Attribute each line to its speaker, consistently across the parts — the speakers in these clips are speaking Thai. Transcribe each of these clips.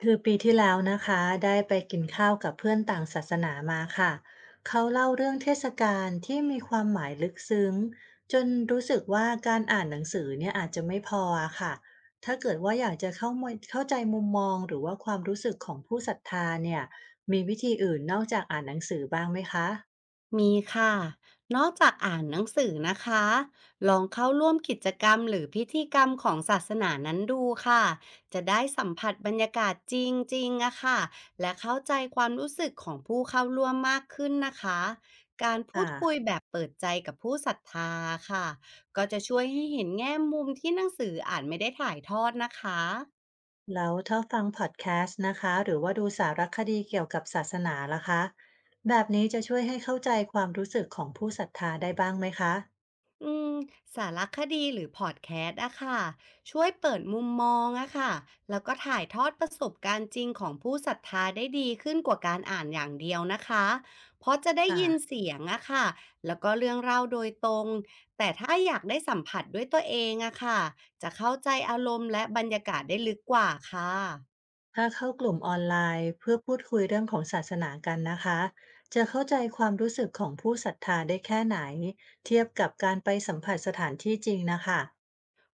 Speaker 1: คือปีที่แล้วนะคะได้ไปกินข้าวกับเพื่อนต่างศาสนามาค่ะเขาเล่าเรื่องเทศกาลที่มีความหมายลึกซึ้งจนรู้สึกว่าการอ่านหนังสือเนี่ยอาจจะไม่พออะค่ะถ้าเกิดว่าอยากจะเข้ามาเข้าใจมุมมองหรือว่าความรู้สึกของผู้ศรัทธาเนี่ยมีวิธีอื่นนอกจากอ่านหนังสือบ้างไหมคะ
Speaker 2: มีค่ะ นอกจากอ่านหนังสือนะคะลองเข้าร่วมกิจกรรมหรือพิธีกรรมของศาสนานั้นดูค่ะจะได้สัมผัสบรรยากาศจริงๆอะค่ะและเข้าใจความรู้สึกของผู้เข้าร่วมมากขึ้นนะคะการพูดคุย
Speaker 1: ค่ะ
Speaker 2: แบบเปิดใจกับผู้ศรัทธาค่ะก็จะช่วยให้เห็นแง่มุมที่หนังสืออ่านไม่ได้ถ่ายทอดนะคะ
Speaker 1: แล้วถ้าฟังพอดแคสต์นะคะหรือว่าดูสารคดีเกี่ยวกับศาสนาล่ะคะแบบนี้จะช่วยให้เข้าใจความรู้สึกของผู้ศรัทธาได้บ้างไหมคะ
Speaker 2: อืมสารคดีหรือพอดแคสต์อะค่ะช่วยเปิดมุมมองอะค่ะแล้วก็ถ่ายทอดประสบการณ์จริงของผู้ศรัทธาได้ดีขึ้นกว่าการอ่านอย่างเดียวนะคะเพราะจะได้ยิน
Speaker 1: ค่ะ
Speaker 2: เสียงอะค่ะแล้วก็เรื่องเล่าโดยตรงแต่ถ้าอยากได้สัมผัสด้วยตัวเองอะค่ะจะเข้าใจอารมณ์และบรรยากาศได้ลึกกว่าค่ะ
Speaker 1: ถ้าเข้ากลุ่มออนไลน์เพื่อพูดคุยเรื่องของศาสนากันนะคะจะเข้าใจความรู้สึกของผู้ศรัทธาได้แค่ไหนเทียบกับการไปสัมผัสสถานที่จริงนะคะ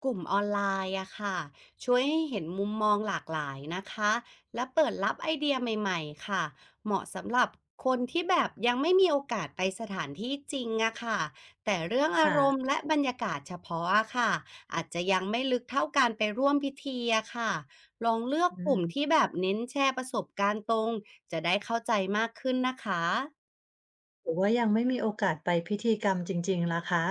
Speaker 2: กลุ่มออนไลน์อะค่ะช่วยให้เห็นมุมมองหลากหลายนะคะและเปิดรับไอเดียใหม่ๆค่ะเหมาะสำหรับคนที่แบบยังไม่มีโอกาสไปสถานที่จริงอะค่ะแต่เรื่องอา
Speaker 1: ค่ะ
Speaker 2: รมณ์และบรรยากาศเฉพาะอะค่ะอาจจะยังไม่ลึกเท่าการไปร่วมพิธีอะค่ะลองเลือก
Speaker 1: อื
Speaker 2: กลุ่
Speaker 1: ม
Speaker 2: มที่แบบเน้นแชร์ประสบการณ์ตรงจะได้เข้าใจมากขึ้นนะคะ
Speaker 1: หรือว่ายังไม่มีโอกาสไปพิธีกรรมจริงๆล่ะคะ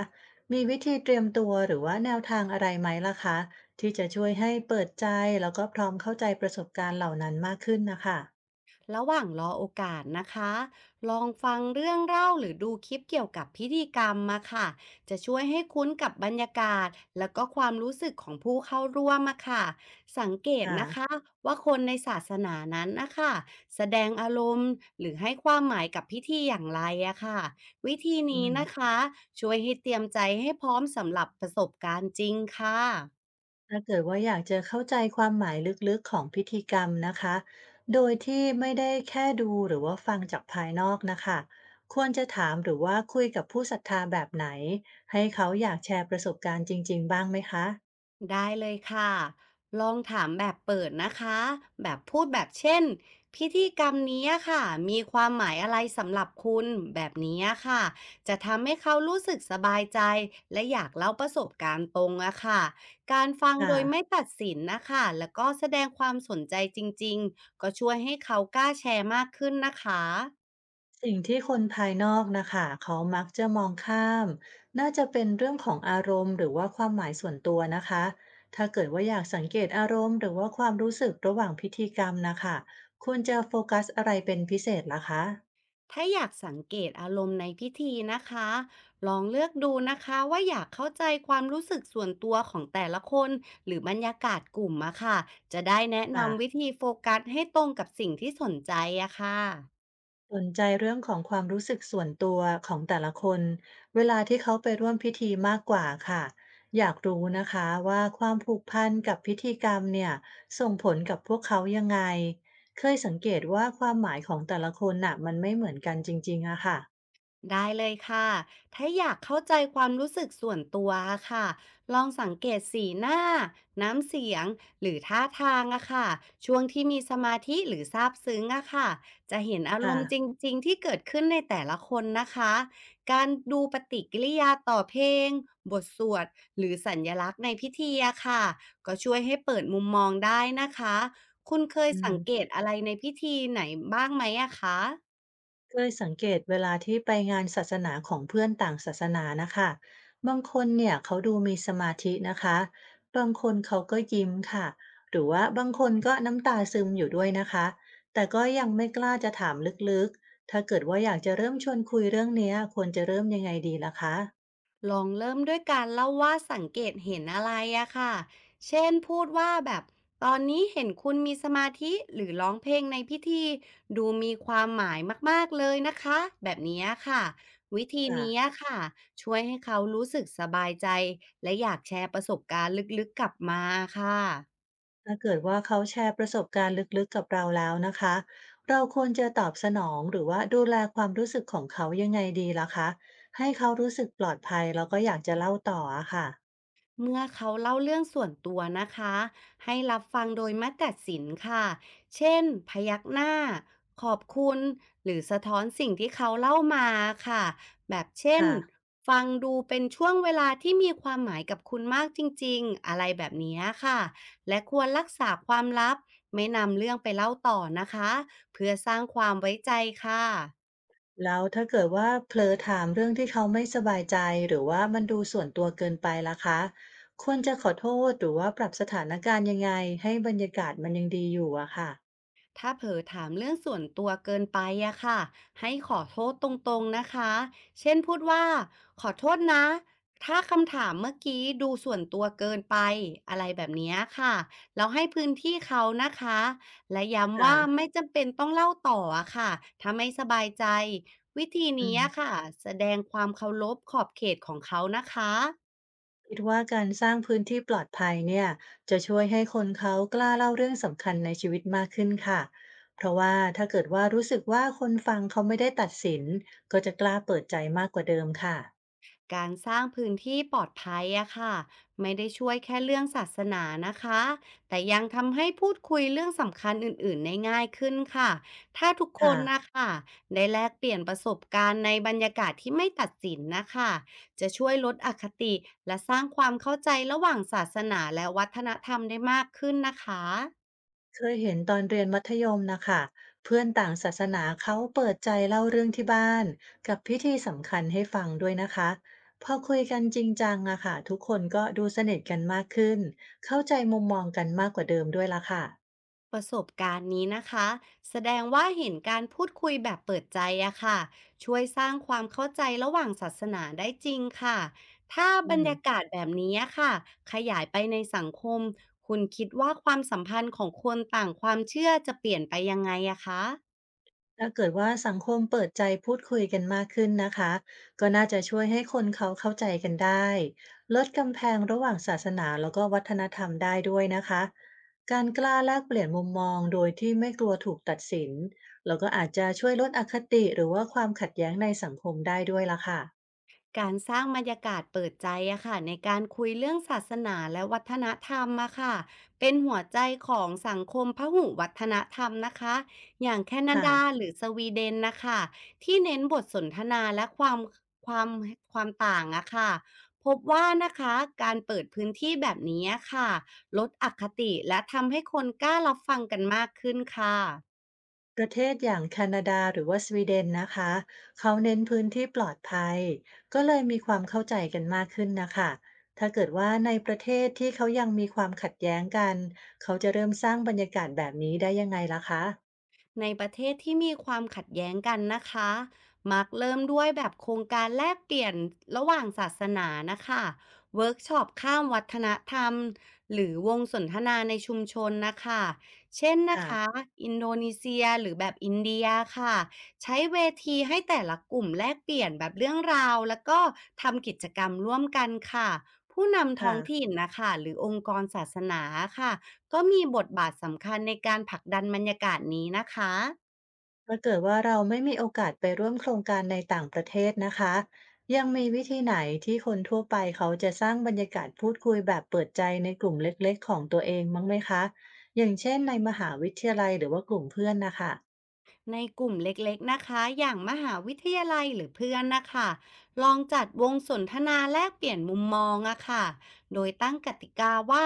Speaker 1: มีวิธีเตรียมตัวหรือว่าแนวทางอะไรไหมล่ะคะที่จะช่วยให้เปิดใจแล้วก็พร้อมเข้าใจประสบการณ์เหล่านั้นมากขึ้นนะคะ
Speaker 2: ระหว่างรอโอกาสนะคะลองฟังเรื่องเล่าหรือดูคลิปเกี่ยวกับพิธีกรรมมาค่ะจะช่วยให้คุ้นกับบรรยากาศแล้วก็ความรู้สึกของผู้เข้าร่วมมาค่ะสังเกต
Speaker 1: ค่ะ
Speaker 2: นะคะว่าคนในศาสนานั้นนะคะแสดงอารมณ์หรือให้ความหมายกับพิธีอย่างไรอะค่ะวิธี
Speaker 1: อื
Speaker 2: นี้
Speaker 1: ม
Speaker 2: นะคะช่วยให้เตรียมใจให้พร้อมสำหรับประสบการณ์จริงค่ะ
Speaker 1: ถ้าเกิดว่าอยากจะเข้าใจความหมายลึกๆของพิธีกรรมนะคะ โดยที่ไม่ได้แค่ดูหรือว่าฟังจากภายนอกนะคะควรจะถามหรือว่าคุยกับผู้ศรัทธาแบบไหนให้เขาอยากแชร์ประสบการณ์จริงๆบ้างไหมคะ
Speaker 2: ได้เลยค่ะ ลองถามแบบเปิดนะคะ แบบพูดแบบเช่นพิธีกรรมนี้อะค่ะมีความหมายอะไรสำหรับคุณแบบนี้อะค่ะจะทำให้เขารู้สึกสบายใจและอยากเล่าประสบการณ์ตรงอะค่ะการฟังโด
Speaker 1: ค่ะ
Speaker 2: ยไม่ตัดสินนะคะแล้วก็แสดงความสนใจจริงๆก็ช่วยให้เขากล้าแชร์มากขึ้นนะคะ
Speaker 1: สิ่งที่คนภายนอกนะคะเขามักจะมองข้ามน่าจะเป็นเรื่องของอารมณ์หรือว่าความหมายส่วนตัวนะคะ ถ้าเกิดว่าอยากสังเกตอารมณ์หรือว่าความรู้สึกระหว่างพิธีกรรมนะคะควรจะโฟกัสอะไรเป็นพิเศษล่ะคะ
Speaker 2: ถ้าอยากสังเกตอารมณ์ในพิธีนะคะ ลองเลือกดูนะคะว่าอยากเข้าใจความรู้สึกส่วนตัวของแต่ละคนหรือบรรยากาศกลุ่มอะค่ะจะได้แนะ
Speaker 1: ค่ะ
Speaker 2: นำวิธีโฟกัสให้ตรงกับสิ่งที่สนใจอะค่ะ
Speaker 1: สนใจเรื่องของความรู้สึกส่วนตัวของแต่ละคนเวลาที่เขาไปร่วมพิธีมากกว่าค่ะอยากรู้นะคะว่าความผูกพันกับพิธีกรรมเนี่ยส่งผลกับพวกเขายังไงเคยสังเกตว่าความหมายของแต่ละคนน่ะมันไม่เหมือนกันจริงๆอะค่ะ
Speaker 2: ได้เลยค่ะ ถ้าอยากเข้าใจความรู้สึกส่วนตัวอะค่ะ ลองสังเกตสีหน้า น้ำเสียง หรือท่าทางอะค่ะช่วงที่มีสมาธิหรือซาบซึ้งอะค่ะจะเห็นอาร
Speaker 1: ค่ะ
Speaker 2: มณ์จริงๆที่เกิดขึ้นในแต่ละคนนะคะ การดูปฏิกิริยาต่อเพลงบทสวดหรือสัญลักษณ์ในพิธีอะค่ะก็ช่วยให้เปิดมุมมองได้นะคะ คุณเคย
Speaker 1: อื
Speaker 2: สั
Speaker 1: ม
Speaker 2: งเกตอะไรในพิธีไหนบ้างไหมอะคะ
Speaker 1: เคยสังเกตเวลาที่ไปงานศาสนาของเพื่อนต่างศาสนานะคะบางคนเนี่ยเขาดูมีสมาธินะคะบางคนเขาก็ยิ้มค่ะหรือว่าบางคนก็น้ำตาซึมอยู่ด้วยนะคะแต่ก็ยังไม่กล้าจะถามลึกๆถ้าเกิดว่าอยากจะเริ่มชวนคุยเรื่องเนี้ยควรจะเริ่มยังไงดีล่ะคะ
Speaker 2: ลองเริ่มด้วยการเล่าว่าสังเกตเห็นอะไรอะค่ะ เช่นพูดว่าแบบตอนนี้เห็นคุณมีสมาธิหรือร้องเพลงในพิธีดูมีความหมายมากๆเลยนะคะแบบนี้ค่ะวิธีนี้
Speaker 1: ค่ะ
Speaker 2: ค่ะช่วยให้เขารู้สึกสบายใจและอยากแชร์ประสบการณ์ลึกๆกลับมาค่ะ
Speaker 1: ถ้าเกิดว่าเขาแชร์ประสบการณ์ลึกๆกับเราแล้วนะคะเราควรจะตอบสนองหรือว่าดูแลความรู้สึกของเขายังไงดีล่ะคะให้เขารู้สึกปลอดภัยแล้วก็อยากจะเล่าต่ออะค่ะ
Speaker 2: เมื่อเขาเล่าเรื่องส่วนตัวนะคะให้รับฟังโดยไม่ตัดสินค่ะเช่นพยักหน้าขอบคุณหรือสะท้อนสิ่งที่เขาเล่ามาค่ะแบบเช่น
Speaker 1: ค่ะ
Speaker 2: ฟังดูเป็นช่วงเวลาที่มีความหมายกับคุณมากจริงๆอะไรแบบนี้ค่ะและควรรักษาความลับไม่นำเรื่องไปเล่าต่อนะคะเพื่อสร้างความไว้ใจค่ะ
Speaker 1: แล้วถ้าเกิดว่าเผลอถามเรื่องที่เขาไม่สบายใจหรือว่ามันดูส่วนตัวเกินไปล่ะคะควรจะขอโทษหรือว่าปรับสถานการณ์ยังไงให้บรรยากาศมันยังดีอยู่อะค่ะ
Speaker 2: ถ้าเผลอถามเรื่องส่วนตัวเกินไปอะค่ะให้ขอโทษตรงๆนะคะเช่นพูดว่าขอโทษนะถ้าคำถามเมื่อกี้ดูส่วนตัวเกินไปอะไรแบบเนี้ยค่ะเราให้พื้นที่เขานะคะและย้ำ
Speaker 1: ค่ะ
Speaker 2: ว่าไม่จำเป็นต้องเล่าต่ออะค่ะถ้าไม่สบายใจวิธี
Speaker 1: อื
Speaker 2: นี้
Speaker 1: ม
Speaker 2: อะค่ะแสดงความเคารพขอบเขตของเขานะคะ
Speaker 1: คิดว่าการสร้างพื้นที่ปลอดภัยเนี่ยจะช่วยให้คนเขากล้าเล่าเรื่องสำคัญในชีวิตมากขึ้นค่ะเพราะว่าถ้าเกิดว่ารู้สึกว่าคนฟังเขาไม่ได้ตัดสินก็จะกล้าเปิดใจมากกว่าเดิมค่ะ
Speaker 2: การสร้างพื้นที่ปลอดภัยอะค่ะไม่ได้ช่วยแค่เรื่องศาสนานะคะแต่ยังทำให้พูดคุยเรื่องสำคัญอื่นๆได้ง่ายขึ้นค่ะถ้าทุกค
Speaker 1: ค่ะ
Speaker 2: นนะคะได้แลกเปลี่ยนประสบการณ์ในบรรยากาศที่ไม่ตัดสินนะคะจะช่วยลดอคติและสร้างความเข้าใจระหว่างศาสนาและวัฒนธรรมได้มากขึ้นนะคะ
Speaker 1: เคยเห็นตอนเรียนมัธยมนะคะเพื่อนต่างศาสนาเขาเปิดใจเล่าเรื่องที่บ้านกับพิธีสำคัญให้ฟังด้วยนะคะพอคุยกันจริงจังอะค่ะทุกคนก็ดูสนิทกันมากขึ้นเข้าใจมุมมองกันมากกว่าเดิมด้วยละค่ะ
Speaker 2: ประสบการณ์นี้นะคะแสดงว่าเห็นการพูดคุยแบบเปิดใจอะค่ะช่วยสร้างความเข้าใจระหว่างศาสนาได้จริงค่ะถ้า
Speaker 1: อื
Speaker 2: บรร
Speaker 1: ม
Speaker 2: ยากาศแบบนี้อะค่ะขยายไปในสังคมคุณคิดว่าความสัมพันธ์ของคนต่างความเชื่อจะเปลี่ยนไปยังไงอะคะ
Speaker 1: ถ้าเกิดว่าสังคมเปิดใจพูดคุยกันมากขึ้นนะคะก็น่าจะช่วยให้คนเขาเข้าใจกันได้ลดกำแพงระหว่างศาสนาแล้วก็วัฒนธรรมได้ด้วยนะคะการกล้าแลกเปลี่ยนมุมมองโดยที่ไม่กลัวถูกตัดสินแล้วก็อาจจะช่วยลดอคติหรือว่าความขัดแย้งในสังคมได้ด้วยล่ะค่ะ
Speaker 2: การสร้างบรรยากาศเปิดใจอะค่ะในการคุยเรื่องศาสนาและวัฒนธรรมอะค่ะเป็นหัวใจของสังคมพหุวัฒนธรรมนะคะอย่างแคนา
Speaker 1: ค่ะ
Speaker 2: ดาหรือสวีเดนนะคะที่เน้นบทสนทนาและความความต่างอะค่ะพบว่านะคะการเปิดพื้นที่แบบนี้อะค่ะลดอคติและทำให้คนกล้ารับฟังกันมากขึ้นค่ะ
Speaker 1: ประเทศอย่างแคนาดาหรือว่าสวีเดนนะคะเขาเน้นพื้นที่ปลอดภัยก็เลยมีความเข้าใจกันมากขึ้นนะคะถ้าเกิดว่าในประเทศที่เขายังมีความขัดแย้งกันเขาจะเริ่มสร้างบรรยากาศแบบนี้ได้ยังไงล่ะคะ
Speaker 2: ในประเทศที่มีความขัดแย้งกันนะคะมักเริ่มด้วยแบบโครงการแลกเปลี่ยนระหว่างศาสนานะคะเวิร์กช็อปข้ามวัฒนธรรมหรือวงสนทนาในชุมชนนะคะเช่นนะ
Speaker 1: ค่ะ
Speaker 2: คะอินโดนีเซียหรือแบบอินเดียค่ะใช้เวทีให้แต่ละกลุ่มแลกเปลี่ยนแบบเรื่องราวแล้วก็ทำกิจกรรมร่วมกันค่ะผู้นำท้อ
Speaker 1: ค่ะ
Speaker 2: งถิ่นนะคะหรือองค์กรศาสนาค่ะ ก็มีบทบาทสำคัญในการผลักดันบรรยากาศนี้นะคะ
Speaker 1: ถ้าเกิดว่าเราไม่มีโอกาสไปร่วมโครงการในต่างประเทศนะคะยังมีวิธีไหนที่คนทั่วไปเขาจะสร้างบรรยากาศพูดคุยแบบเปิดใจในกลุ่มเล็กๆของตัวเองมั้างไหมคะอย่างเช่นในมหาวิทยาลัยหรือว่ากลุ่มเพื่อนนะคะ
Speaker 2: ในกลุ่มเล็กๆ นะคะ อย่างมหาวิทยาลัยหรือเพื่อนนะคะ ลองจัดวงสนทนาแลกเปลี่ยนมุมมองอะค่ะโดยตั้งกติกาว่า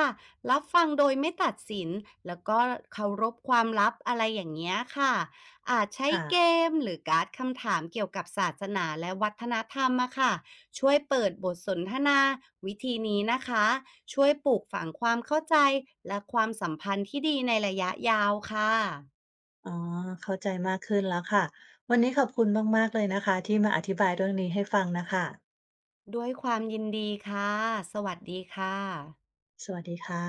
Speaker 2: รับฟังโดยไม่ตัดสิน แล้วก็เคารพความลับอะไรอย่างเงี้ยค่ะ อาจใช้
Speaker 1: ค่ะ
Speaker 2: เกมหรือการ์ดคำถามเกี่ยวกับศาสนาและวัฒนธรรมอะค่ะช่วยเปิดบทสนทนาวิธีนี้นะคะ ช่วยปลูกฝังความเข้าใจและความสัมพันธ์ที่ดีในระยะยาวค่ะ
Speaker 1: อ๋อเข้าใจมากขึ้นแล้วค่ะ วันนี้ขอบคุณมากๆเลยนะคะที่มาอธิบายเรื่องนี้ให้ฟังน่ะค่ะ
Speaker 2: ด้วยความยินดีค่ะ สวัสดีค่ะ
Speaker 1: สวัสดีค่ะ